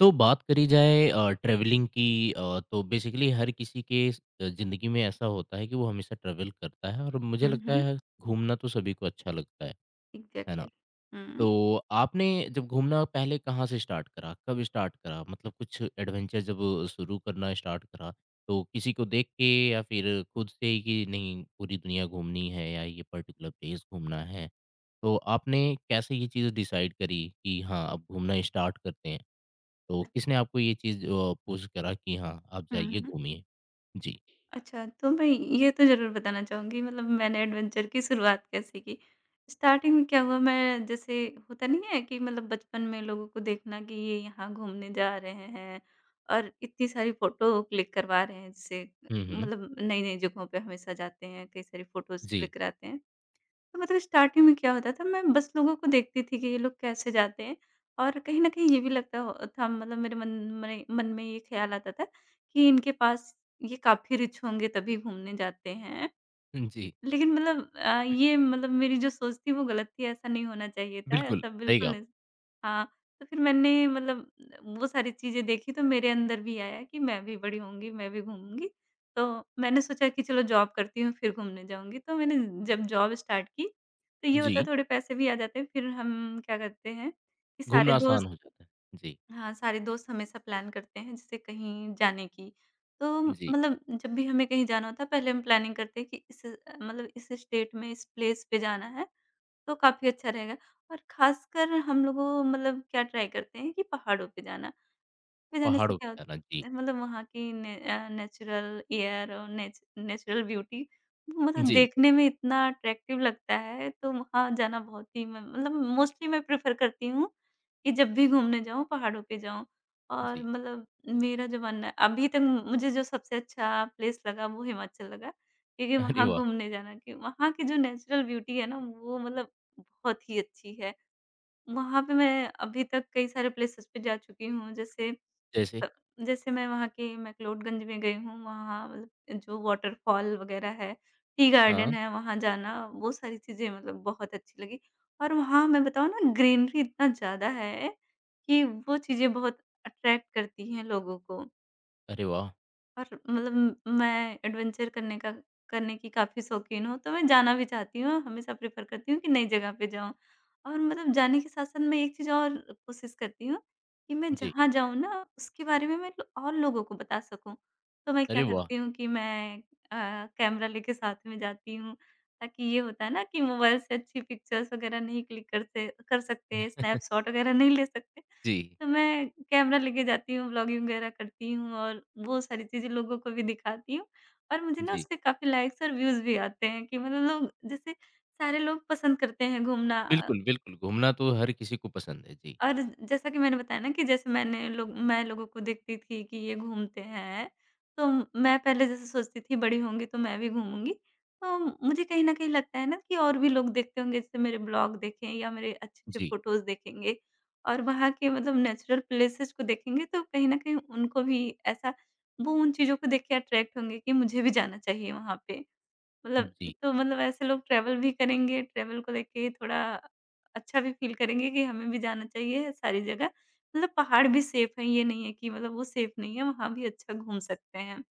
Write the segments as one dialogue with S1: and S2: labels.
S1: तो बात करी जाए ट्रैवलिंग की तो बेसिकली हर किसी के ज़िंदगी में ऐसा होता है कि वो हमेशा ट्रैवल करता है और मुझे
S2: हुँ,
S1: लगता
S2: हुँ।
S1: है घूमना तो सभी को अच्छा लगता है ना?
S2: एग्ज़ैक्टली। हुँ।
S1: तो आपने जब घूमना पहले कहाँ से स्टार्ट करा, कब स्टार्ट करा, मतलब कुछ एडवेंचर जब शुरू करना स्टार्ट करा, तो किसी को देख के या फिर खुद से ही कि नहीं पूरी दुनिया घूमनी है या ये पर्टिकुलर प्लेस घूमना है, तो आपने कैसे ये चीज़ डिसाइड करी कि हाँ अब घूमना स्टार्ट करते हैं? तो
S2: अ
S1: किसने आपको ये चीज़ पुश करा कि हाँ, आप
S2: हुँ,
S1: जाइए
S2: हुँ।
S1: घूमिए? जी।
S2: अच्छा, तो मैं ये तो ज़रूर बताना चाहूँगी, मतलब मैंने एडवेंचर की शुरुआत कैसे की? स्टार्टिंग में क्या हुआ, मैं जैसे होता नहीं है कि मतलब बचपन में लोगों को देखना कि ये यहाँ घूमने जा रहे हैं और इतनी सारी फ़ोटो क्लिक करवा रहे हैं, जिससे
S1: हुँ, हुँ।
S2: मतलब नई-नई जगहों पे हमेशा जाते हैं, कई सारी फ़ोटोज़
S1: जी।
S2: क्लिक कराते हैं। तो मतलब स्टार्टिंग में क्या होता था, मैं बस लोगों को देखती थी कि ये लोग कैसे जाते हैं, और कहीं न कहीं ये भी लगता हो था मतलब मेरे मन में ये ख्याल आता था कि इनके पास, ये काफ़ी रिच होंगे तभी घूमने जाते हैं।
S1: जी,
S2: लेकिन मतलब ये मतलब मेरी जो सोच थी वो गलत थी, ऐसा नहीं होना चाहिए था,
S1: बिल्कुल,
S2: ऐसा
S1: सही
S2: बिल्कुल
S1: कहा।
S2: नहीं। हाँ, तो फिर मैंने मतलब वो सारी चीज़ें देखी तो मेरे अंदर भी आया कि मैं भी बड़ी होऊँगी, मैं भी घूमूँगी। तो मैंने सोचा कि चलो जॉब करती हूँ फिर घूमने जाऊँगी, तो मैंने जब जॉब स्टार्ट की, तो ये होता
S1: जी,
S2: है थोड़े पैसे भी आ जाते हैं, फिर हम क्या करते हैं कि सारे
S1: घूमना आसान
S2: दोस्त,
S1: हो जाता है। जी,
S2: हाँ, सारे दोस्त हमेशा प्लान करते हैं जैसे कहीं जाने की। तो
S1: जी,
S2: मतलब जब भी हमें कहीं जाना होता है पहले हम प्लानिंग करते हैं कि इस, मतलब इस स्टेट में इस प्लेस पे जाना है तो काफ़ी अच्छा रहेगा। और ख़ासकर हम लोगों मतलब क्या ट्राई करते हैं कि पहाड़ों पे जाना। में जाने से
S1: पहाड़ों पे
S2: क्या
S1: जाना। जी,
S2: होता है मतलब वहाँ की ने नेचुरल एयर और नेचुरल ब्यूटी मतलब
S1: जी,
S2: देखने में इतना अट्रैक्टिव लगता है, तो वहाँ जाना बहुत ही मैं मतलब मोस्टली मैं प्रेफ़र करती हूँ कि जब भी घूमने जाऊँ, पहाड़ों पे जाऊँ। और
S1: जी।
S2: मतलब मेरा जो मानना है अभी तक, मुझे जो सबसे अच्छा प्लेस लगा वो हिमाचल लगा, क्योंकि
S1: अरे
S2: वहाँ
S1: वाह!
S2: घूमने जाना, कि वहाँ की जो नेचुरल ब्यूटी है ना वो मतलब बहुत ही अच्छी है। वहाँ पे मैं अभी तक कई सारे प्लेसेस पे जा चुकी हूँ, जैसे
S1: जैसे
S2: अ, जैसे मैं वहाँ के मैक्लोडगंज में गई हूँ, वहाँ मतलब जो वॉटरफॉल वग़ैरह है, टी
S1: हाँ,
S2: गार्डन है, वहाँ जाना, वो सारी चीज़ें मतलब बहुत अच्छी लगी। और वहाँ मैं बताऊँ ना, ग्रीनरी इतना ज़्यादा है, कि वो चीज़ें बहुत अट्रैक्ट करती हैं लोगों को।
S1: अरे वाह!
S2: और मतलब म मैं एडवेंचर करने की काफ़ी शौकीन हूँ, तो मैं जाना भी चाहती हूँ, हमेशा प्रेफ़र करती हूँ कि नई जगह पे जाऊँ। और मतलब जाने के साथ-साथ मैं एक चीज़ और कोशिश करती हूँ कि मैं
S1: जी,
S2: जहाँ जाऊँ ना, उसके बारे में मैं और लोगों को बता सकूँ। तो मैं
S1: अरे
S2: क्या
S1: वाह!
S2: करती हूँ कि मैं कैमरा लेके साथ में जाती हूँ, ताकि ये होता है ना कि मोबाइल से अच्छी पिक्चर्स वगैरह नहीं क्लिक करते कर सकते, स्नैपशॉट वगैरह नहीं ले सकते।
S1: जी,
S2: तो मैं कैमरा लेके जाती हूँ, व्लॉगिंग वगैरह करती हूँ और वो सारी चीज़ें लोगों को भी दिखाती हूँ, और मुझे ना
S1: जी।
S2: उसपे काफ़ी लाइक्स और व्यूज़ भी आते हैं कि मतलब लोग जैसे सारे लोग पसंद करते हैं घूमना।
S1: बिल्कुल, बिल्कुल, घूमना तो हर किसी को पसंद है। जी,
S2: और जैसा कि मैंने बताया ना कि जैसे मैं लोगों को देखती थी कि ये घूमते हैं, तो मैं पहले जैसे सोचती थी बड़ी होंगी तो मैं भी घूमूँगी। तो मुझे कहीं न कहीं लगता है ना कि और भी लोग देखते होंगे, जैसे मेरे ब्लॉग देखें या मेरे अच्छे-अच्छे
S1: जी,
S2: फ़ोटोज़ देखेंगे और वहाँ के मतलब नेचुरल प्लेसेस को देखेंगे, तो कहीं न कहीं उनको भी ऐसा, वो उन चीज़ों को देख के अट्रैक्ट होंगे कि मुझे भी जाना चाहिए वहाँ पे। मतलब
S1: जी।
S2: तो मतलब ऐसे लोग ट्रैवल भी करेंगे, ट्रैवल को लेके थोड़ा अच्छा भी फ़ील करेंगे कि हमें भी जाना चाहिए सारी जगह। मतलब पहाड़ भी सेफ हैं, ये नहीं है कि मतलब वो सेफ नहीं है, वहाँ भी अच्छा घूम सकते हैं।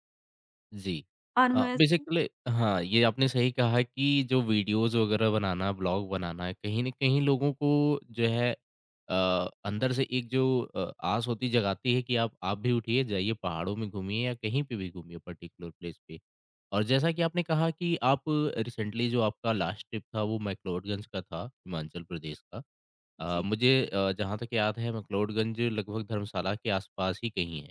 S1: जी।
S2: और मैं,
S1: बेसिकली हाँ, ये आपने सही कहा है कि जो वीडियोज़ वगैरह बनाना, ब्लॉग बनाना है, कहीं न कहीं लोगों को जो है अ, अंदर से एक जो आस होती जगाती है कि आप भी उठिए, जाइए पहाड़ों में घूमिए या कहीं पे भी घूमिए पर्टिकुलर प्लेस पे। और जैसा कि आपने कहा कि आप रिसेंटली जो आपका लास्ट ट्रिप था वो मैक्लोडगंज का था, हिमाचल प्रदेश का।
S2: जी,
S1: मुझे जहाँ तक याद है मैक्लोडगंज लगभग धर्मशाला के आस-पास ही कहीं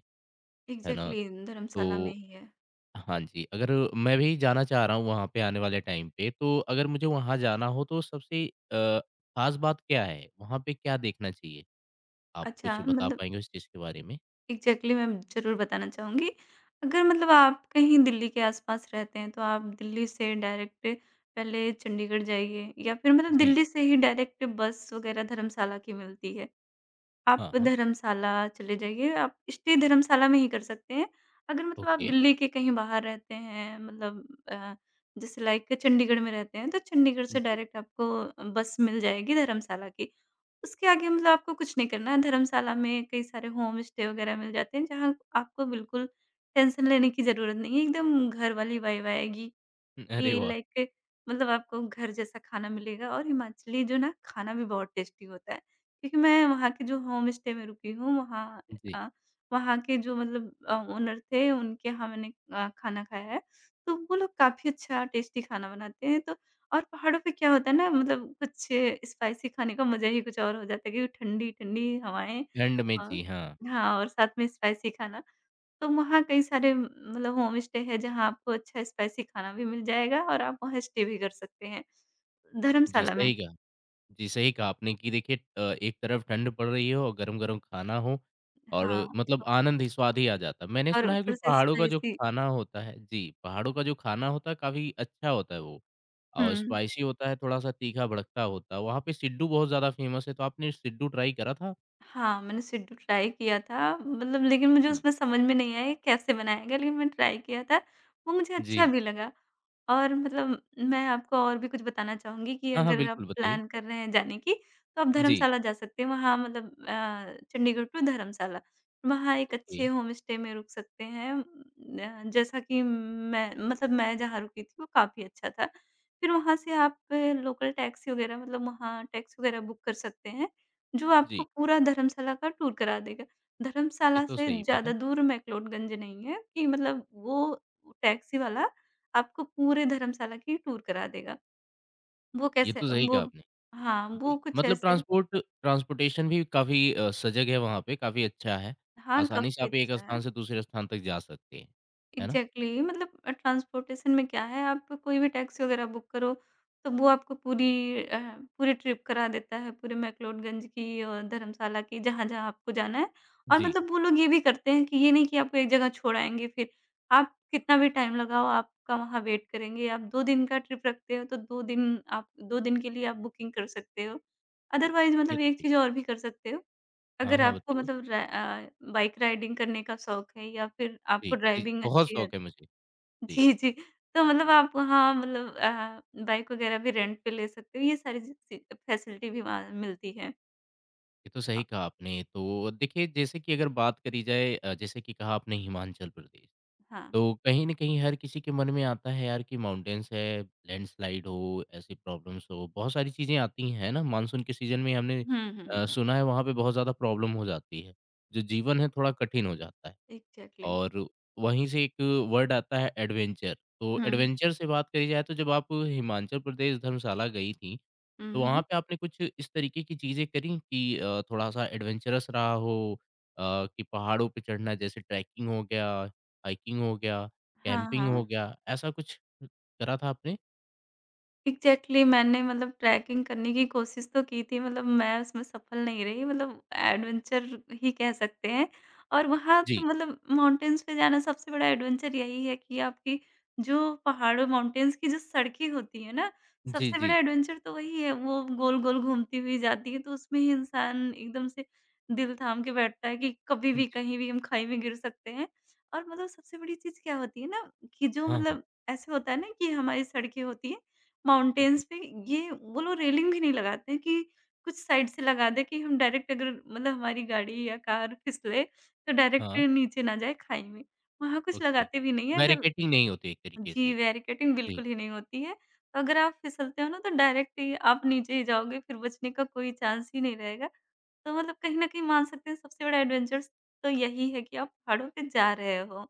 S1: है ना?
S2: एग्ज़ैक्टली धर्मशाला में
S1: तो
S2: ही है।
S1: हाँ जी, अगर मैं भी जाना चाह रहा हूँ वहाँ पे आने वाले टाइम पे, तो अगर मुझे वहाँ जाना हो तो सबसे अ, ख़ास बात क्या है? वहाँ पे क्या देखना चाहिए? आप
S2: अच्छा,
S1: कुछ बता
S2: मतलब
S1: पाएँगे उस चीज़ के बारे में?
S2: एग्ज़ैक्टली मैं ज़रूर बताना चाहूँगी। अगर मतलब आप कहीं दिल्ली के आस-पास रहते हैं, तो आप दिल्ली से डायरेक्ट पहले चंडीगढ़ जाइए, या फिर मतलब
S1: जी।
S2: दिल्ली से ही डायरेक्ट बस वगैरह धर्मशाला की मिलती है। आप
S1: हाँ, हाँ।
S2: धर्मशाला चले जाइए, आप स्टे धर्मशाला में ही कर सकते हैं। अगर मतलब आप
S1: ओके।
S2: दिल्ली के कहीं बाहर रहते हैं, मतलब जैसे लाइक चंडीगढ़ में रहते हैं, तो चंडीगढ़ से
S1: जी।
S2: डायरेक्ट आपको बस मिल जाएगी धर्मशाला की। उसके आगे मतलब आपको कुछ नहीं करना है, धर्मशाला में कई सारे होम स्टे वगैरह मिल जाते हैं, जहाँ आपको बिल्कुल टेंशन लेने की ज़रूरत नहीं है, एकदम घर वाली वाइब आएगी।
S1: अरे
S2: कि
S1: वाह!
S2: लाइक मतलब आपको घर जैसा खाना मिलेगा, और हिमाचली जो ना खाना भी बहुत टेस्टी होता है। क्योंकि मैं वहाँ के जो होम स्टे में रुकी हूँ वहाँ,
S1: जी।
S2: अ, वहाँ के जो मतलब ओनर थे उनके यहाँ मैंने खाना खाया है। तो वो लोग काफ़ी अच्छा टेस्टी खाना बनाते हैं। तो और पहाड़ों पे क्या होता है ना मतलब कुछ स्पाइसी खाने का मज़ा ही कुछ और हो जाता है, क्योंकि ठंडी-ठंडी हवाएँ,
S1: ठंड में
S2: अ,
S1: जी, हाँ।
S2: हाँ और साथ में स्पाइसी खाना। तो वहाँ कई सारे मतलब होम स्टे है, जहाँ आपको अच्छा स्पाइसी खाना भी मिल जाएगा और आप वहाँ स्टे भी कर सकते हैं।
S1: जी,
S2: धर्मशाला में
S1: सही कहा। जी, सही कहा आपने कि देखिए एक तरफ ठंड पड़ रही हो और गरम-गरम खाना हो और
S2: हाँ,
S1: मतलब आनंद ही, स्वाद ही आ जाता है। मैंने
S2: और
S1: सुना है कि
S2: ऊपर से
S1: पहाड़ों का जो
S2: स्पाइसी।
S1: खाना होता है जी, पहाड़ों का जो खाना होता है काफ़ी अच्छा होता है वो
S2: हुँ।
S1: और स्पाइसी होता है, थोड़ा-सा तीखा भड़कता होता है। वहाँ पे सिड्डू बहुत ज़्यादा फ़ेमस है, तो आपने सिड्डू ट्राई करा था?
S2: हाँ, मैंने सिड्डू ट्राई किया था, मतलब लेकिन मुझे
S1: जी।
S2: उसमें समझ में नहीं आया कैसे बनाया गया, लेकिन मैंने ट्राई किया था, वो मुझे अच्छा
S1: जी।
S2: भी लगा। और मतलब मैं आपको और भी कुछ बताना चाहूँगी कि
S1: हाँ, हाँ,
S2: अगर आप
S1: बिल्कुल बताइए।
S2: प्लान कर रहे हैं जाने की, तो आप
S1: जी,
S2: धर्मशाला जा सकते हैं। वहाँ मतलब चंडीगढ़ टू धर्मशाला, वहाँ एक
S1: ओके।
S2: अच्छे होम स्टे में रुक सकते हैं। जैसा कि मैं मतलब मैं जहाँ रुकी थी वो काफ़ी अच्छा था। फिर वहाँ से आप लोकल टैक्सी वग़ैरह, मतलब वहाँ टैक्सी वग़ैरह बुक कर सकते हैं, जो आपको
S1: जी,
S2: पूरा धर्मशाला का टूर करा देगा।
S1: ये
S2: धर्मशाला
S1: तो
S2: से
S1: सही बात है।
S2: ज़्यादा दूर मैक्लोडगंज नहीं है कि मतलब वो टैक्सी वाला आपको पूरे धर्मशाला की टूर करा देगा। वो
S1: ये
S2: कैसे
S1: तो सही
S2: वो,
S1: कहा आपने।
S2: हाँ,
S1: जी,
S2: वो कुछ
S1: मतलब
S2: ऐसे,
S1: ट्रांसपोर्ट ट्रांसपोर्टेशन भी काफ़ी सजग है वहाँ पे, काफ़ी अच्छा है।
S2: हाँ,
S1: आसानी से
S2: काफ़ी
S1: आप एक
S2: अच्छा है।
S1: स्थान से दूसरे स्थान तक जा सकते हैं, है ना?
S2: Exactly exactly. मतलब ट्रांसपोर्टेशन में क्या है, आप कोई भी टैक्सी वगैरह बुक करो तो वो आपको पूरी पूरी ट्रिप करा देता है, पूरे मैक्लोडगंज की और धर्मशाला की, जहाँ जहाँ आपको जाना है। और
S1: जी,
S2: मतलब वो लोग ये भी करते हैं कि ये नहीं कि आपको एक जगह छोड़ाएंगे, फिर आप कितना भी टाइम लगाओ आपका वहाँ वेट करेंगे। आप दो दिन का ट्रिप रखते हो तो दो दिन, आप दो दिन के लिए आप बुकिंग कर सकते हो।
S1: अ,
S2: अदरवाइज
S1: ये
S2: मतलब
S1: तो
S2: एक
S1: सही
S2: चीज़ और भी कर सकते हो,
S1: हाँ,
S2: अगर
S1: हाँ,
S2: आपको
S1: बताइए।
S2: मतलब बाइक राइडिंग करने का शौक है या फिर
S1: जी,
S2: आपको
S1: जी,
S2: ड्राइविंग
S1: बहुत
S2: अच्छी,
S1: शौक है मुझे। जी,
S2: जी, जी। तो मतलब
S1: जी,
S2: आप, हाँ, मतलब बाइक वग़ैरह भी रेंट पे ले सकते हो, ये सारी ची ची फैसिलिटी भी वहाँ मिलती है।
S1: ये तो
S2: अ,
S1: सही कहा आपने। तो देखिए, जैसे कि अगर बात करी जाए जैसे कि कहा आपने हिमाचल प्रदेश,
S2: हाँ।
S1: तो कहीं न कहीं हर किसी के मन में आता है यार कि माउंटेन्स है, लैंडस्लाइड हो, ऐसी प्रॉब्लम्स हो, बहुत सारी चीज़ें आती हैं, है ना? मानसून के सीज़न में हमने
S2: हुँ, हुँ।
S1: सुना है वहाँ पे बहुत ज़्यादा प्रॉब्लम हो जाती है। जो जीवन है थोड़ा कठिन हो जाता है।
S2: एग्ज़ैक्टली।
S1: और वहीं से एक वर्ड आता है एडवेंचर। तो
S2: हुँ।
S1: एडवेंचर से बात करी जाए तो जब आप हिमाचल प्रदेश धर्मशाला गई थीं,
S2: हुँ,
S1: तो वहाँ
S2: हुँ।
S1: पे आपने कुछ इस तरीके की चीज़ें करी कि थोड़ा-सा एडवेंचरस रहा हो, कि पहाड़ों पे चढ़ना जैसे ट्रैकिंग हो गया, हाइकिंग हो गया,
S2: हाँ,
S1: कैंपिंग हो
S2: हाँ।
S1: गया, ऐसा कुछ करा था आपने?
S2: एग्ज़ैक्टली मैंने मतलब ट्रैकिंग करने की कोशिश तो की थी, मतलब मैं उसमें सफल नहीं रही, मतलब एडवेंचर ही कह सकते हैं। और वहाँ तो
S1: जी।
S2: मतलब माउंटेन्स पे जाना सबसे बड़ा एडवेंचर यही है कि आपकी जो पहाड़ों माउंटेन्स की जो सड़कें होती है ना,
S1: जी,
S2: सबसे बड़ा
S1: जी।
S2: एडवेंचर तो वही है, वो गोल-गोल घूमती हुई जाती है, तो उसमें ही इंसान एकदम से दिल थाम के बैठता है कि कभी भी,
S1: जी।
S2: कहीं भी हम खाई में गिर सकते हैं। और मतलब सबसे बड़ी चीज़ क्या होती है ना कि जो
S1: हाँ, हाँ।
S2: मतलब ऐसे होता है ना कि हमारी सड़कें होती हैं
S1: जी।
S2: माउंटेन्स पे, ये वो लोग रेलिंग भी नहीं लगाते हैं कि कुछ साइड से लगा दें कि हम डायरेक्ट, अगर मतलब हमारी गाड़ी या कार फिसले तो
S1: हाँ,
S2: डायरेक्ट नीचे ना जाए खाई में। वहाँ कुछ
S1: ओके।
S2: लगाते भी नहीं हैं अगर,
S1: बैरिकेडिंग नहीं होती एक तरीके
S2: जी,
S1: से।
S2: बैरिकेडिंग
S1: जी।
S2: बिल्कुल ही नहीं होती है। तो अगर आप फिसलते हो ना तो डायरेक्ट ही आप नीचे ही जाओगे, फिर बचने का कोई चांस ही नहीं रहेगा। तो मतलब कहीं न कहीं मान सकते हैं सबसे बड़ा एडवेंचर्स तो यही है कि आप पहाड़ों पे जा रहे हो।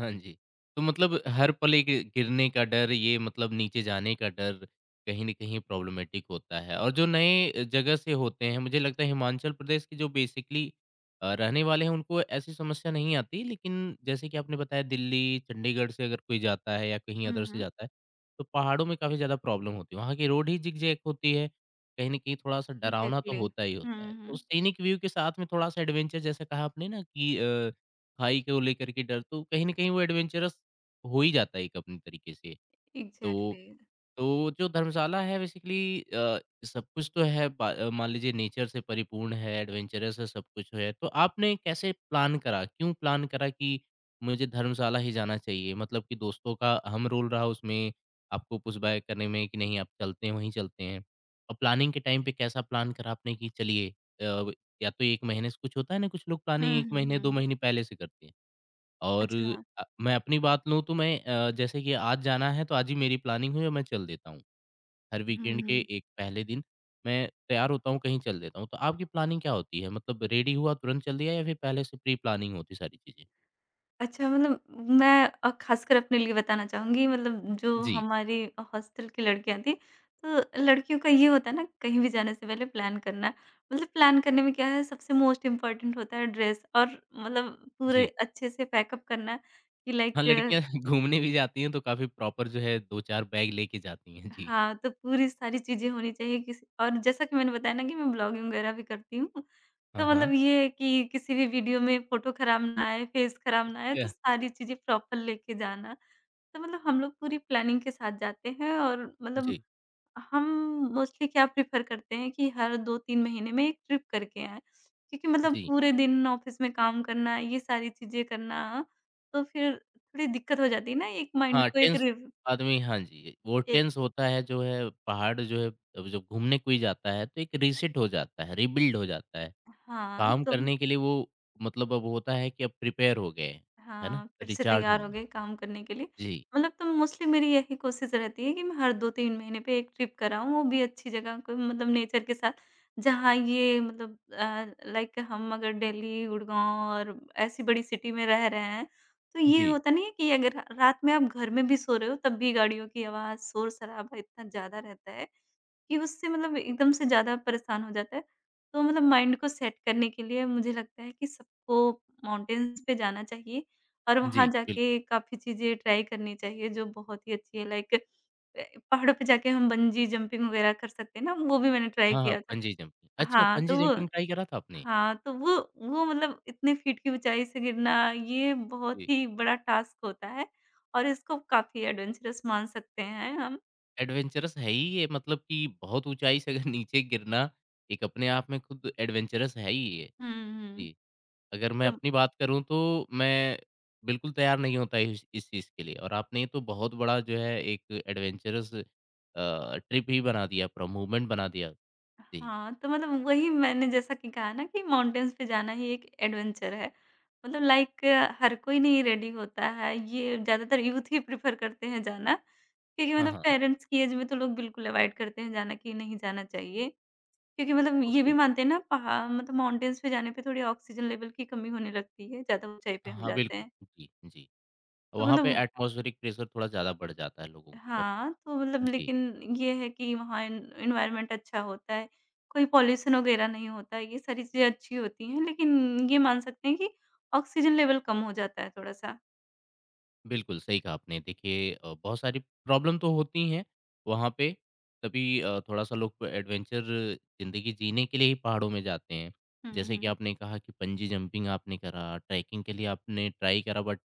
S1: हाँ जी। तो मतलब हर पल एक गिरने का डर, ये मतलब नीचे जाने का डर कहीं न कहीं प्रॉब्लमैटिक होता है और जो नए जगह से होते हैं, मुझे लगता है हिमाचल प्रदेश के जो बेसिकली रहने वाले हैं, उनको ऐसी समस्या नहीं आती। लेकिन जैसे कि आपने बताया दिल्ली, चंडीगढ़ से अगर कोई जाता है या कहीं
S2: हुँ,
S1: अदर से
S2: हुँ।
S1: जाता है, तो पहाड़ों में काफ़ी ज़्यादा प्रॉब्लम होती है। वहाँ की रोड ही ज़िगज़ैग होती है, कहीं न कहीं थोड़ा-सा डरावना तो
S2: एग्ज़ैक्टली।
S1: होता ही
S2: हुँ,
S1: होता है। तो
S2: हुँ।
S1: सीनिक व्यू के साथ में थोड़ा-सा एडवेंचर जैसे कहा आपने ना कि अ खाई को लेकर के डर, तो कहीं न कहीं वो एडवेंचरस हो ही जाता है एक अपने तरीके से। तो
S2: एग्ज़ैक्टली।
S1: तो जो धर्मशाला है बेसिकली सब कुछ तो है बा मान लीजिए नेचर से परिपूर्ण है, एडवेंचरस है, सब कुछ है। तो आपने कैसे प्लान करा? क्यों प्लान करा कि मुझे धर्मशाला ही जाना चाहिए? मतलब कि दोस्तों का अहम रोल रहा उसमें आपको पुशबैक करने में कि नहीं आप चलते हैं, वहीं चलते हैं? और प्लानिंग के टाइम पे कैसा प्लान करा आपने कि चलिए अ, या तो 1 महीने से कुछ होता है ना, कुछ लोग प्लानिंग
S2: हुँ,
S1: 1
S2: हुँ,
S1: महीने, 2
S2: हुँ।
S1: महीने पहले से करते हैं। और
S2: अच्छा,
S1: मैं अपनी बात लूँ तो मैं जैसे कि आज जाना है तो आज ही मेरी प्लानिंग हुई और मैं चल देता हूँ। हर
S2: हुँ,
S1: वीकेंड के
S2: हुँ।
S1: एक पहले दिन मैं तैयार होता हूँ, कहीं चल देता हूँ। तो आपकी प्लानिंग क्या होती है? मतलब रेडी हुआ तुरंत चल दिया या फिर पहले से प्री प्लानिंग होती सारी चीज़ें?
S2: अच्छा मतलब मैं ख़ासकर अपने लिए बताना चाहूँगी, मतलब जो
S1: जी,
S2: हमारी हॉस्टल की लड़कियाँ थीं, तो लड़कियों का ये होता है ना कहीं भी जाने से पहले प्लान करना। मतलब प्लान करने में क्या है, सबसे मोस्ट इम्पोर्टेंट होता है ड्रेस और मतलब पूरे
S1: जी।
S2: अच्छे से पैकअप करना, कि
S1: हाँ,
S2: लाइक,
S1: लड़कियाँ घूमने भी जाती हैं तो काफ़ी प्रॉपर जो है 2-4 बैग लेके जाती हैं। जी।
S2: हाँ, तो पूरी सारी चीज़ें होनी चाहिए किसी और, जैसा कि मैंने बताया ना कि मैं ब्लॉगिंग वग़ैरह भी करती हूँ,
S1: हाँ,
S2: तो मतलब
S1: हाँ।
S2: ये है कि किसी भी वीडियो में फ़ोटो ख़राब ना आए, फ़ेस ख़राब ना आए, तो
S1: क्या?
S2: सारी चीज़ें प्रॉपर लेके जाना। तो मतलब हम लोग पूरी प्लानिंग के साथ जाते हैं और मतलब
S1: जी,
S2: हम मोस्टली क्या प्रेफ़र करते हैं कि हर 2-3 महीने में एक ट्रिप करके आएँ। क्योंकि मतलब
S1: जी।
S2: पूरे दिन ऑफ़िस में काम करना, ये सारी चीज़ें करना, तो फिर थोड़ी दिक्कत हो जाती है ना, एक माइंड
S1: हाँ,
S2: को एक
S1: टेंस
S2: रिव
S1: आदमी हाँ जी, वो
S2: ए
S1: टेंस होता है जो है पहाड़ जो है अब जब घूमने कोई जाता है तो एक रीसेट हो जाता है, रिबिल्ड हो जाता है।
S2: हाँ,
S1: काम
S2: तो
S1: करने के लिए वो मतलब अब होता है कि अब प्रिपेयर हो गए हैं, है ना?
S2: हाँ, फिर से
S1: रिचार्ज
S2: तैयार हो
S1: होना।
S2: गए काम करने के लिए।
S1: जी,
S2: मतलब तो मोस्टली मेरी यही कोशिश रहती है कि मैं हर 2-3 महीने पे एक ट्रिप कराऊँ, वो भी अच्छी जगह को, मतलब नेचर के साथ। जहाँ ये मतलब लाइक हम अगर दिल्ली, गुड़गाँव और ऐसी बड़ी सिटी में रह रहे हैं, तो ये
S1: जी,
S2: होता नहीं है कि अगर रात में आप घर में भी सो रहे हो, तब भी गाड़ियों की आवाज़, शोर-शराबा इतना ज़्यादा रहता है कि उससे मतलब एकदम से ज़्यादा परेशान हो जाता है। तो मतलब माइंड को सेट करने के लिए मुझे लगता है कि सबको माउंटेन्स पे जाना चाहिए और
S1: जी,
S2: वहाँ
S1: बिल्कुल।
S2: जाके काफ़ी चीज़ें ट्राई करनी चाहिए जो बहुत ही अच्छी है, लाइक अ, पहाड़ों पे जाके हम बंजी जंपिंग वगैरह कर सकते हैं ना, वो भी मैंने ट्राई
S1: हाँ, हाँ,
S2: किया था।
S1: Bungee jumping. अच्छा
S2: हाँ,
S1: बंजी
S2: तो वो,
S1: जंपिंग ट्राई करा था आपने?
S2: हाँ, तो वो मतलब इतने फीट की ऊँचाई से गिरना ये बहुत
S1: जी,
S2: ही बड़ा टास्क होता है, और इसको काफ़ी एडवेंचरस मान सकते हैं हम।
S1: एडवेंचरस है ही ये मतलब कि बहुत ऊँचाई से अगर नीचे गिरना, एक अपने आप में खुद एडवेंचरस है ही ये।
S2: हुँ, हुँ।
S1: जी। अगर मैं
S2: तो
S1: अपनी बात करूँ तो मैं बिल्कुल तैयार नहीं होता इस चीज़ के लिए और आपने ये तो बहुत बड़ा जो है एक एडवेंचरस ट्रिप ही बना दिया पूरा मूवमेंट बना दिया। जी।
S2: हाँ, तो मतलब वही मैंने जैसा कि कहा ना कि माउंटेन्स पे जाना ही एक एडवेंचर है। मतलब लाइक हर कोई नहीं रेडी होता है, ये ज़्यादातर यूथ ही प्रेफ़र करते हैं जाना। क्योंकि
S1: हाँ,
S2: मतलब
S1: हाँ।
S2: पेरेंट्स की एज में तो लोग बिल्कुल अवॉइड करते हैं जाना कि नहीं जाना चाहिए। क्योंकि मतलब ये
S1: ओके।
S2: भी मानते हैं ना, पहा मतलब माउंटेन्स पे जाने पे थोड़ी ऑक्सीजन लेवल की कमी होने लगती है, ज़्यादा ऊँचाई पे हम
S1: हाँ,
S2: जाते
S1: बिल्कुल।
S2: हैं।
S1: जी, जी।
S2: तो
S1: वहाँ पे
S2: मतलब,
S1: एटमॉस्फेरिक प्रेशर थोड़ा ज़्यादा बढ़ जाता है लोगों के ऊपर।
S2: हाँ, तो मतलब
S1: जी।
S2: लेकिन ये है कि वहाँ एन एनवायरनमेंट अच्छा होता है, कोई पॉल्यूशन वगैरह नहीं होता है, ये सारी चीज़ें अच्छी होती हैं। लेकिन ये मान सकते हैं कि ऑक्सीजन लेवल कम हो जाता है थोड़ा-सा।
S1: बिल्कुल, सही कहा आपने। देखिए बहुत सारी प्रॉब्लम तो होती हैं वहाँ पे, तभी थोड़ा-सा लोग एडवेंचर ज़िंदगी जीने के लिए ही पहाड़ों में जाते हैं।
S2: हुँ,
S1: जैसे कि
S2: हुँ,
S1: आपने कहा कि बंजी जंपिंग आपने करा, ट्रैकिंग के लिए आपने ट्राई करा बट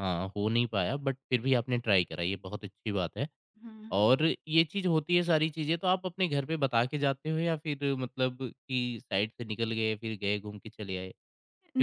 S1: हाँ, हो नहीं पाया बट फिर भी आपने ट्राई करा, ये बहुत अच्छी बात है।
S2: हुँ, हुँ।
S1: और ये चीज़ होती है सारी चीज़ें, तो आप अपने घर पे बता के जाते हो या फिर मतलब कि साइड से निकल गए, फिर गए घूम के चले आए?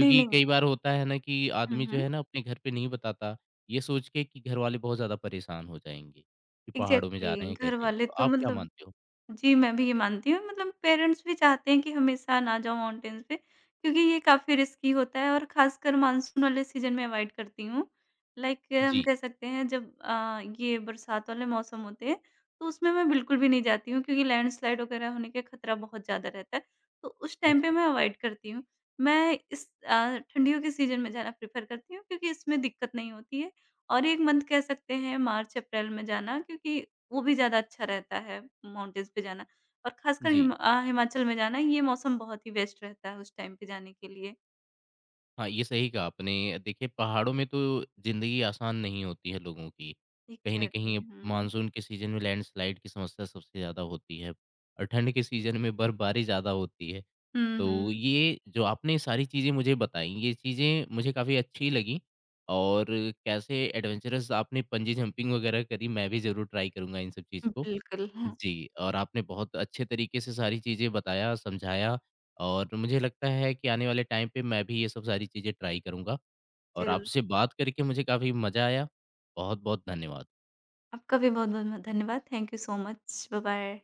S2: नहीं, नहीं।
S1: कई बार होता है ना कि
S2: हुँ,
S1: आदमी जो
S2: हुँ।
S1: है ना अपने घर पे नहीं बताता, ये सोच के कि घर वाले बहुत ज़्यादा परेशान हो जाएँगे, कि पहाड़ों में
S2: एग्ज़ैक्टली,
S1: जा रहे हैं
S2: घर
S1: कैसे?
S2: वाले
S1: तो
S2: तो
S1: आप क्या
S2: मतलब,
S1: मानते हो?
S2: जी, मैं भी ये मानती हूँ, मतलब पेरेंट्स भी चाहते हैं कि हमेशा ना जाऊँ माउंटेन्स पे, क्योंकि ये काफ़ी रिस्की होता है, और ख़ासकर मानसून वाले सीज़न में अवॉइड करती हूँ। लाइक हम
S1: जी,
S2: कह सकते हैं जब ये बरसात वाले मौसम होते हैं, तो उसमें मैं बिल्कुल भी नहीं जाती हूँ, क्योंकि लैंडस्लाइड वगैरह होने का खतरा बहुत ज़्यादा रहता है, तो उस टाइम पे
S1: अच्छा,
S2: मैं अवॉइड करती हूँ। मैं इस ठंडियों के सीज़न में जाना प्रेफ़र करती हूँ क्योंकि इसमें दिक्कत नहीं होती है, और 1 मंथ कह सकते हैं मार्च अप्रैल में जाना, क्योंकि वो भी ज़्यादा अच्छा रहता है माउंटेन्स पे जाना, और ख़ासकर
S1: जी।
S2: हिमाचल में जाना, ये मौसम बहुत ही बेस्ट रहता है उस टाइम पे जाने के लिए।
S1: हाँ, ये सही कहा आपने। देखिए पहाड़ों में तो ज़िंदगी आसान नहीं होती है लोगों की। कहीं न
S2: एग्ज़ैक्टली।
S1: कहीं
S2: हुँ।
S1: मानसून के सीज़न में लैंडस्लाइड की समस्या सबसे ज़्यादा होती है और ठंड के सीज़न में बर्फबारी ज़्यादा होती है।
S2: हुँ,
S1: तो
S2: हुँ।
S1: ये जो आपने सारी चीज़ें मुझे बताई, ये चीज़ें मुझे काफ़ी अच्छी लगी और कैसे एडवेंचरस आपने पंजी जंपिंग वगैरह करी, मैं भी ज़रूर ट्राई करूँगा इन सब चीज़ को।
S2: बिल्कुल, हाँ,
S1: जी, और आपने बहुत अच्छे तरीके से सारी चीज़ें बताया, समझाया और मुझे लगता है कि आने वाले टाइम पे मैं भी ये सब सारी चीज़ें ट्राई करूँगा और
S2: ज़रूर।
S1: आपसे बात करके मुझे काफ़ी मज़ा आया। बहुत-बहुत धन्यवाद।
S2: आपका भी बहुत-बहुत म धन्यवाद। Thank you so much. Bye-bye.